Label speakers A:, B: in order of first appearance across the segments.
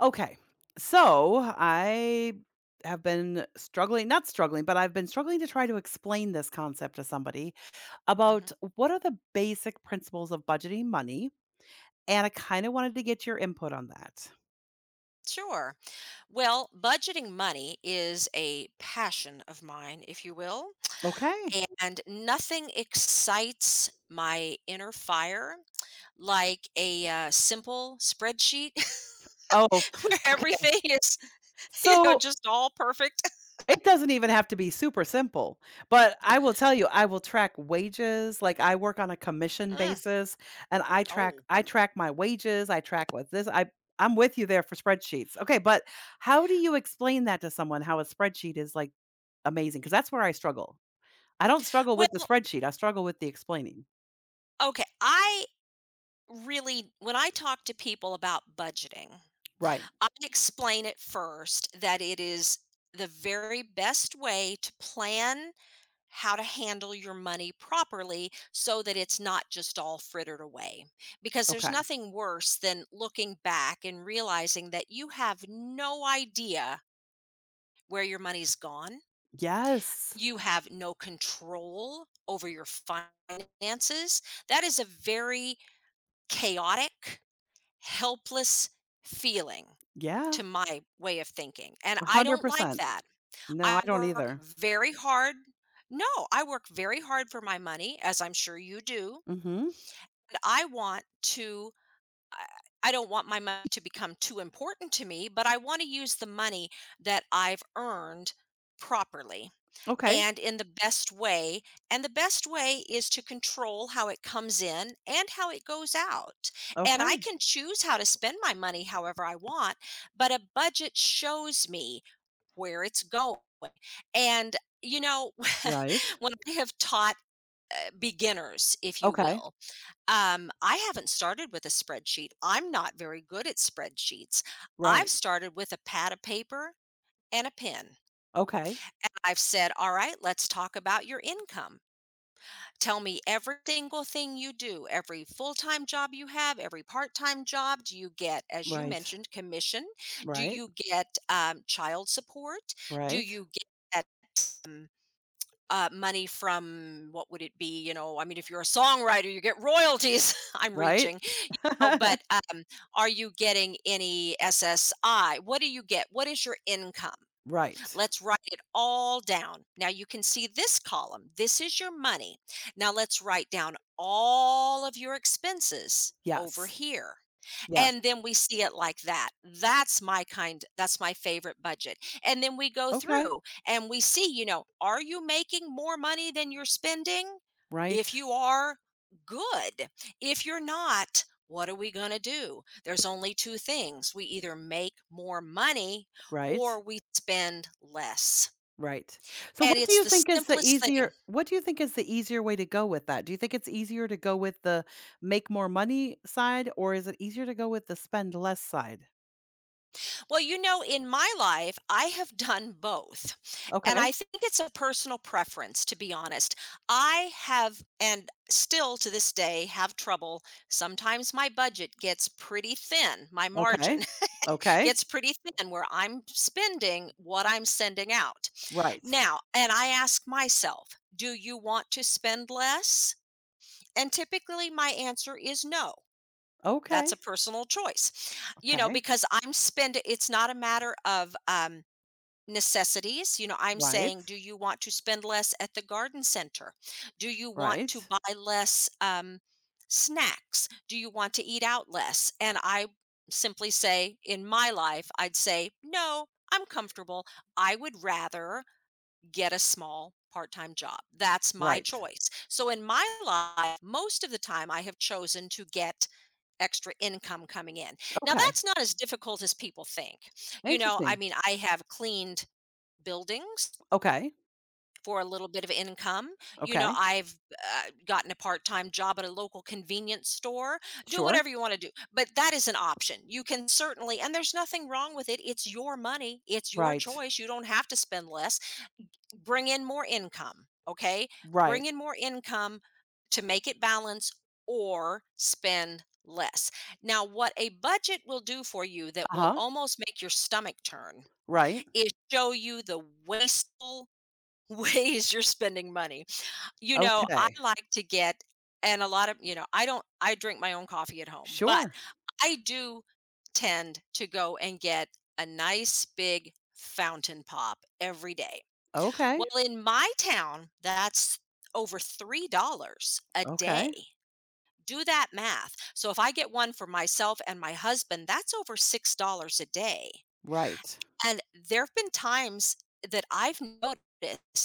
A: Okay. So I have been struggling, not struggling, but I've been struggling to try to explain this concept to somebody
B: Mhm.
A: about what are the basic principles of budgeting money. And I kind of wanted to get your input on that.
B: Sure. Well, budgeting money is a passion of mine, if you will,
A: Okay.
B: and nothing excites my inner fire like a simple spreadsheet
A: Oh,
B: where
A: okay.
B: everything is,
A: So
B: just all perfect.
A: it doesn't even have to be super simple, but I will tell you, I will track wages, like, I work on a commission
B: Mm.
A: basis, and I track
B: Oh,
A: I track my wages, I track with this I'm with you there for spreadsheets. Okay, but how do you explain that to someone, how a spreadsheet is, like, amazing? Because that's where I struggle. I don't struggle with the
B: well,
A: spreadsheet, I struggle with the explaining.
B: okay, I really when I talk to people about budgeting,
A: Right,
B: I explain it first that it is the very best way to plan how to handle your money properly so that it's not just all frittered away. Because there's
A: okay.
B: nothing worse than looking back and realizing that you have no idea where your money's gone.
A: Yes.
B: You have no control over your finances. That is a very chaotic, helpless feeling,
A: Yeah,
B: to my way of thinking, and I don't like
A: 100%.
B: that.
A: No, I
B: I
A: don't
B: work
A: either.
B: very hard No, I work very hard for my money, as I'm sure you do.
A: Mhm.
B: And to I I don't want my money to become too important to me, but I want to use the money that I've earned properly
A: Okay,
B: and in the best way. And the best way is to control how it comes in and how it goes out. And I
A: okay.
B: can choose how to spend my money however I want, but a budget shows me where it's going. And you know,
A: Right.
B: when I have taught beginners, if you
A: Okay,
B: will, I haven't started with a spreadsheet. I'm not very good at spreadsheets. I've
A: right.
B: started with a pad of paper and a pen.
A: Okay.
B: And I've said, all right, let's talk about your income. Tell me every single thing you do, every full-time job you have, every part-time job. Do you get, as you
A: Right.
B: mentioned, commission? Do
A: Right.
B: you get child support? Do
A: Right.
B: you get um, money from, what would it be? You know, I mean, if you're a songwriter, you get royalties. I'm
A: Right.
B: reaching. Oh, but are you getting any SSI? What do you get? What is your income?
A: Right.
B: Let's write it all down. Now you can see this column. This is your money. Now let's write down all of your expenses over
A: Yes.
B: here.
A: Yes.
B: And then we see it like that. That's my kind that's my favorite budget. And then we go
A: Okay.
B: through and we see, you know, are you making more money than you're spending?
A: Right.
B: If you are, good. If you're not, what are we going to do? There's only two things. We either make more money
A: Right.
B: or we spend less.
A: Right. So
B: And
A: what do
B: it's
A: you
B: the
A: think is the
B: simplest thing.
A: easier way to go with that? Do you think it's easier to go with the make more money side or is it easier to go with the spend less side?
B: Well, you know, in my life, I have done both. And
A: Okay.
B: I think it's a personal preference, to be honest. I have, and still to this day, have trouble. Sometimes my budget gets pretty thin, my margin
A: Okay. Okay.
B: gets pretty thin where I'm spending what I'm sending out.
A: Right.
B: Now, and I ask myself, do you want to spend less? And typically my answer is no. That's
A: Okay.
B: a personal choice, you know,
A: Okay.
B: because I'm spending, it's not a matter of, necessities. You know, I'm
A: Right.
B: saying, do you want to spend less at the garden center? Do you want to
A: Right.
B: buy less snacks? Do you want to eat out less? And I simply say, in my life, I'd say, no, I'm comfortable. I would rather get a small part time job. That's my
A: Right.
B: choice. So, in my life, most of the time, I have chosen to get extra income coming in. Now,
A: Okay.
B: that's not as difficult as people think. You know, I
A: Interesting.
B: mean, I have cleaned buildings
A: Okay.
B: for a little bit of income. You know,
A: Okay.
B: I've uh, gotten a part time job at a local convenience store. Do
A: Sure.
B: whatever you want to do, but that is an option. You can certainly, and there's nothing wrong with it. It's your money, it's your
A: Right.
B: choice. You don't have to spend less. Bring in more income. Okay. Bring
A: Right.
B: in more income to make it balance or spend less. Now, what a budget will do for you that will
A: Uh-huh.
B: almost make your stomach turn
A: Right.
B: is show you the wasteful ways you're spending money. You know, I
A: Okay.
B: like to get and a lot of, you know, I don't I drink my own coffee at home, but
A: Sure.
B: I do tend to go and get a nice big fountain pop every day.
A: Okay.
B: Well, in my town, that's over $3 a day.
A: Okay.
B: Do that math. So if I get one for myself and my husband, that's over $6 a day.
A: Right.
B: And there have been times that I've noticed,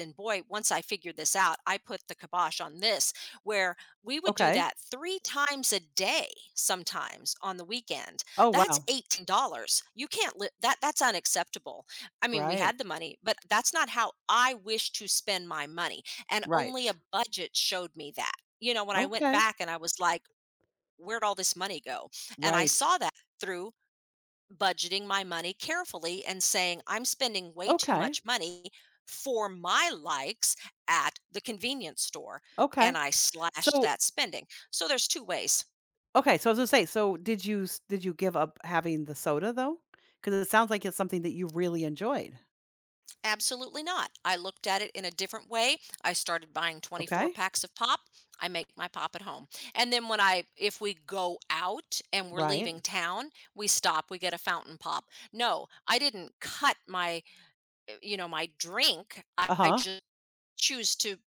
B: and boy, once I figured this out, I put the kibosh on this, where we would do
A: Okay.
B: that three times a day sometimes on the weekend.
A: Oh,
B: That's
A: wow.
B: $18. You can't live that, that's unacceptable. I mean, we
A: Right.
B: had the money, but that's not how I wish to spend my money. And only a
A: Right.
B: budget showed me that. You know, when I went
A: Okay.
B: back and I was like, where'd all this money go? And I
A: Right.
B: saw that through budgeting my money carefully and saying, I'm spending way too
A: Okay.
B: much money for my likes at the convenience store.
A: Okay.
B: And I slashed
A: So,
B: that spending. So there's two ways.
A: okay, so I was gonna say, so did you give up having the soda though? Because it sounds like it's something that you really enjoyed.
B: Absolutely not. I looked at it in a different way. I started buying 24
A: Okay?
B: packs of pop. I make my pop at home. And then when I if we go out and we're
A: Right.
B: leaving town, we stop, we get a fountain pop. No, I didn't cut my, you know, my drink. I
A: Uh-huh.
B: just choose to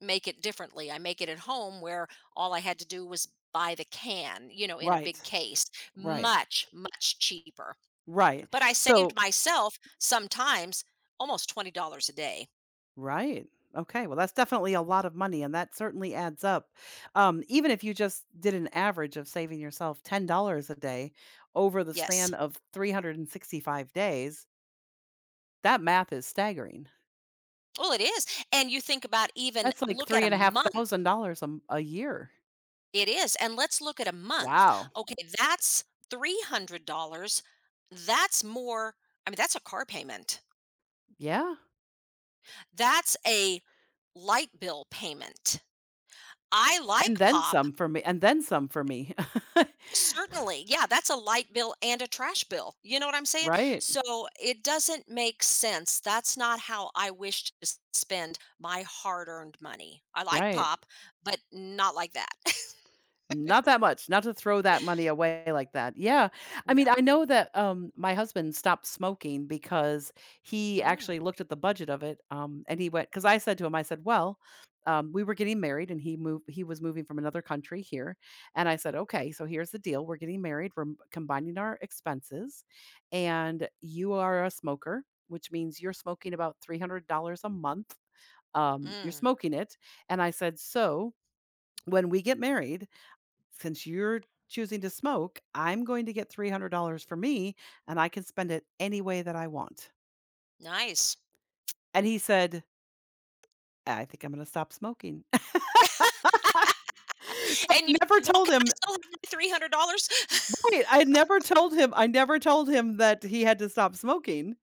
B: make it differently. I make it at home where all I had to do was buy the can, you know, in a
A: Right.
B: big case,
A: Right.
B: much, much cheaper.
A: Right.
B: But I saved
A: So
B: myself sometimes almost $20 a day.
A: Right. Okay. Well, that's definitely a lot of money, and that certainly adds up. Even if you just did an average of saving yourself $10 a day over the
B: Yes.
A: span of 365 days, that math is staggering.
B: Well, it is. And you think about, even
A: That's like
B: look at
A: three
B: a
A: and a half
B: month.
A: thousand dollars a year.
B: It is. And let's look at a month.
A: Wow.
B: Okay, that's $300. That's more. I mean, that's a car payment.
A: Yeah.
B: That's a light bill payment. I
A: And
B: like
A: then
B: pop.
A: some for me, and then some for me.
B: Certainly, yeah, that's a light bill and a trash bill, you know what I'm saying?
A: Right.
B: So, it doesn't make sense, that's not how I wish to s spend my hard-earned money. I like
A: Right.
B: pop, but not like that.
A: Not that much, not to throw that money away like that. Yeah. I mean,
B: No.
A: I know that, my husband stopped smoking because he
B: Mm,
A: actually looked at the budget of it, and he went because I said to him, I said, "Well," we were getting married and he was moving from another country here, and I said, "Okay, so here's the deal. We're getting married, we're m combining our expenses, and you are a smoker, which means you're smoking about $300 a month. You're
B: mm,
A: smoking it." And I said, "So, when we get married, since you're choosing to smoke, I'm going to get $300 for me and I can spend it any way that I want."
B: nice.
A: And he said, "I think I'm going to stop smoking." So I
B: And you
A: never
B: said, "Well,
A: told
B: can I
A: him.
B: still have my $300?"
A: Right, I never told him that he had to stop smoking,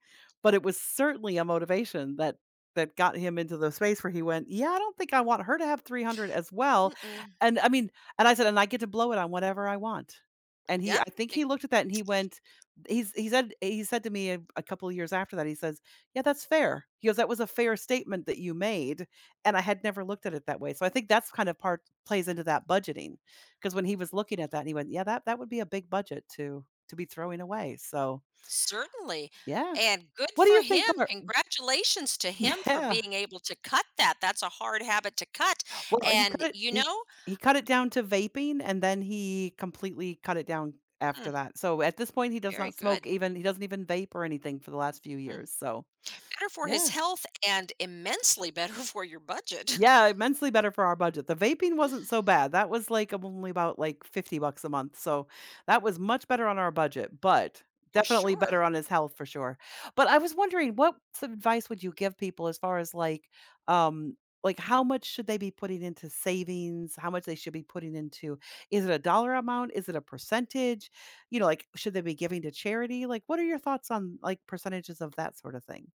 A: but it was certainly a motivation that got him into the space where he went, "Yeah, I don't think I want her to have 300 as well."
B: Mm-mm,
A: And I mean, and I said, "And I get to blow it on whatever I want." And he
B: yeah,
A: I think
B: big,
A: he looked at that and he went he's he said to me a couple of years after that, he says, "Yeah, that's fair." He goes, "That was a fair statement that you made." And I had never looked at it that way. So I think that's kind of part plays into that budgeting. 'Cause when he was looking at that, he went, "Yeah, that would be a big budget to be throwing away." So,
B: certainly,
A: yeah.
B: and good
A: What do
B: for
A: you
B: him,
A: think are
B: congratulations to him for
A: yeah.
B: being able to cut that, that's a hard habit to cut,
A: Well, he cut
B: and,
A: it
B: you
A: he
B: know.
A: he cut it down to vaping, and then he completely cut it down
B: Hmm.
A: after that. So, at this point, he does
B: Very
A: not smoke,
B: good.
A: even he doesn't even vape or anything for the last few
B: Hmm.
A: years, so,
B: Better for his
A: yeah.
B: health and immensely better for your budget.
A: Yeah, immensely better for our budget. The vaping wasn't so bad. That was like only about like 50 bucks a month. So that was much better on our budget, but
B: For
A: definitely
B: sure.
A: better on his health for sure. But I was wondering what advice would you give people as far as um like how much should they be putting into savings? How much they should be putting into, is it a dollar amount? Is it a percentage? You know, like should they be giving to charity? Like what are your thoughts on like percentages of that sort of thing?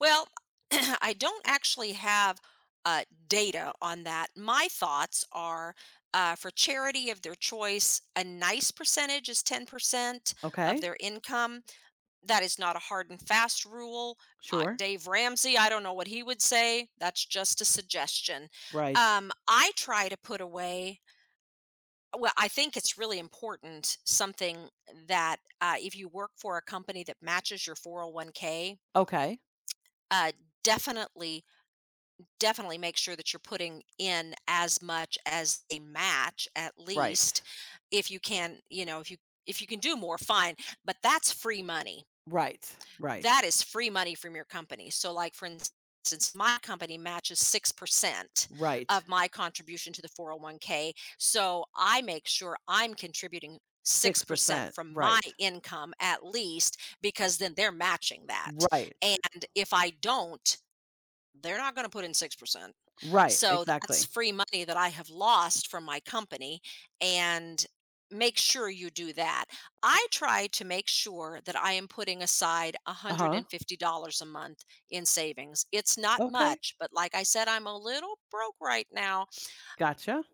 B: Well, I don't actually have data on that. My thoughts are, for charity of their choice, a nice percentage is 10% of
A: Okay?
B: their income. That is not a hard and fast rule.
A: Sure.
B: Dave Ramsey, I don't know what he would say. That's just a suggestion.
A: Right.
B: I try to put away Well, I think it's really important, something that, if you work for a company that matches your 401k,
A: Okay.
B: uh, definitely, definitely make sure that you're putting in as much as a match, at
A: Right.
B: least if you can, you know, if you can do more, fine. But
A: Right, right,
B: that is free money from your company. So, like, for instance, since my company matches 6%
A: right.
B: of my contribution to the 401k. So, I make sure I'm contributing 6%
A: 6%,
B: from my
A: right,
B: income at least, because then they're matching that.
A: right,
B: And if I don't, they're not going to put in 6%.
A: right,
B: So that's
A: exactly.
B: free money that I have lost from my company, and make sure you do that. I try to make sure that I am putting aside
A: Uh-huh,
B: $150 a month in savings. It's not
A: okay,
B: much, but like I said, I'm a little broke right now.
A: gotcha,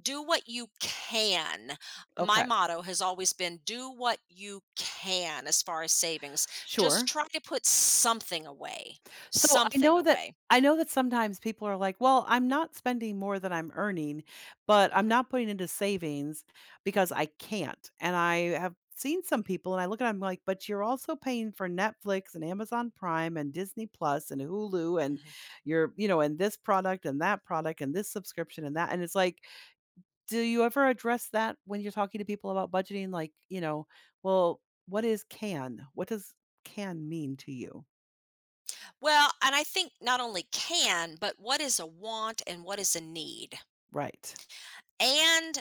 B: Do what you can. My
A: okay,
B: motto has always been do what you can as far as savings. Just
A: sure.
B: try to put
A: So I
B: something
A: know that
B: away.
A: I know that sometimes people are like, "Well, I'm not spending more than I'm earning, but I'm
B: Hmm.
A: not putting into savings because I can't." And I have seen some people and I look at them like, "But you're also paying for Netflix and Amazon Prime and Disney Plus and Hulu and
B: Hmm.
A: you're, and this product and that product and this subscription and that." And it's like, do you ever address that when you're talking to people about budgeting? Like, well, what is can? What does can mean to you?
B: Well, and I think not only can, but what is a want and what is a need?
A: Right.
B: And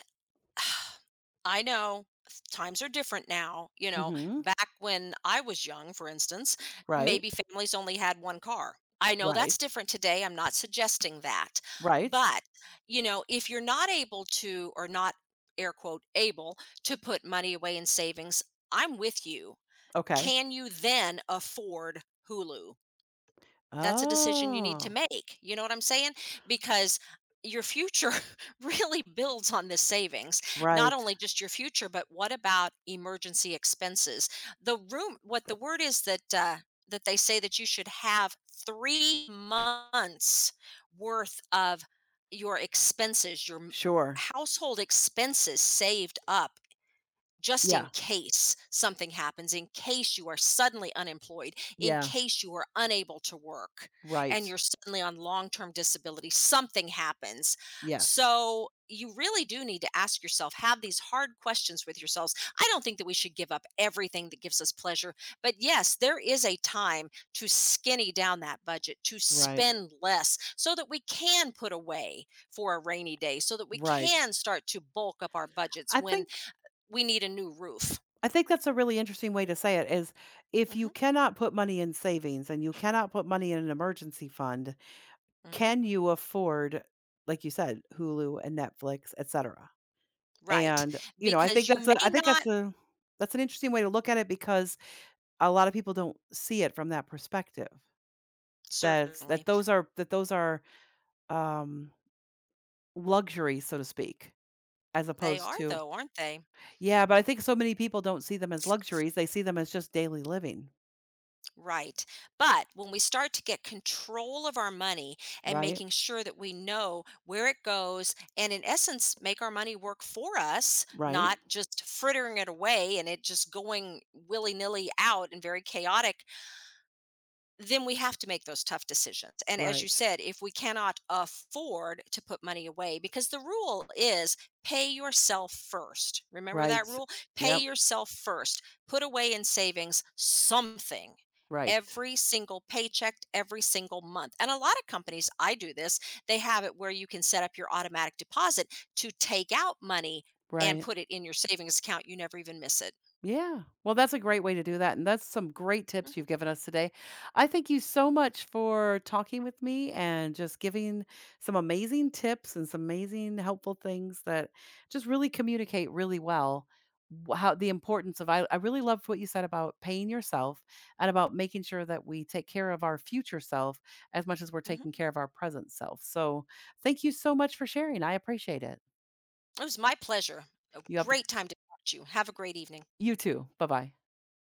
B: I know times are different now, you know,
A: Mm-hmm.
B: back when I was young, for instance,
A: Right.
B: maybe families only had one car. I know that's
A: Right.
B: different today. I'm not suggesting that.
A: Right.
B: But, you know, if you're not able to, or not air quote able to put money away in savings, I'm with you.
A: Okay.
B: Can you then afford Hulu? That's a decision you need to
A: Oh,
B: make, you know what I'm saying? Because your future really builds on this savings. Not
A: right.
B: only just your future, but what about emergency expenses? The room what the word is that, that they say that you should have 3 months worth of your expenses, your m
A: Sure.
B: household expenses saved up just in
A: Yeah.
B: case something happens, in case you are suddenly unemployed, in
A: Yeah.
B: case you are unable to work and
A: Right.
B: you're suddenly on long term disability, something happens.
A: Yes.
B: So, you really do need to ask yourself, have these hard questions with yourselves. I don't think that we should give up everything that gives us pleasure. But yes, there is a time to skinny down that budget, to
A: Right.
B: spend less so that we can put away for a rainy day, so that we can
A: Right.
B: start to bulk up our budgets
A: I
B: when
A: think
B: we need a new roof.
A: I think that's a really interesting way to say it is, if you
B: Mhm,
A: cannot put money in savings and you cannot put money in an emergency fund,
B: mhm.
A: can you afford, like you said, Hulu and Netflix, et cetera?
B: Right,
A: And, I
B: because
A: think
B: you
A: that's
B: may
A: a I think that's
B: not,
A: a that's an interesting way to look at it because a lot of people don't see it from that perspective. That that
B: certainly.
A: those are that those are, um, luxuries, so to speak, as
B: They
A: opposed
B: are,
A: to.
B: though, aren't they?
A: Yeah, but I think so many people don't see them as luxuries, they see them as just daily living,
B: Right, but when we start to get control of our money and
A: right?
B: making sure that we know where it goes and in essence make our money work for us,
A: Right,
B: not just frittering it away and it just going willy-nilly out and very chaotic, then we have to make those tough decisions. And as you
A: right,
B: said, if we cannot afford to put money away, because the rule is pay yourself first. Remember that
A: right.
B: rule? Pay
A: Yep,
B: yourself first. Put away in savings something
A: right,
B: every single paycheck, every single month. And a lot of companies, I do this, they have it where you can set up your automatic deposit to take out money and
A: right.
B: put it in your savings account. You never even miss it.
A: Yeah. Well, that's a great way to do that. And that's some great tips
B: Hmm.
A: you've given us today. I thank you so much for talking with me and just giving some amazing tips and some amazing helpful things that just really communicate really well how the importance I really loved what you said about paying yourself and about making sure that we take care of our future self as much as we're taking
B: Hmm.
A: care of our present self. So thank you so much for sharing. I appreciate it.
B: It was my pleasure. A
A: You have
B: great time to talk to you. Have a great evening.
A: you too. Bye bye.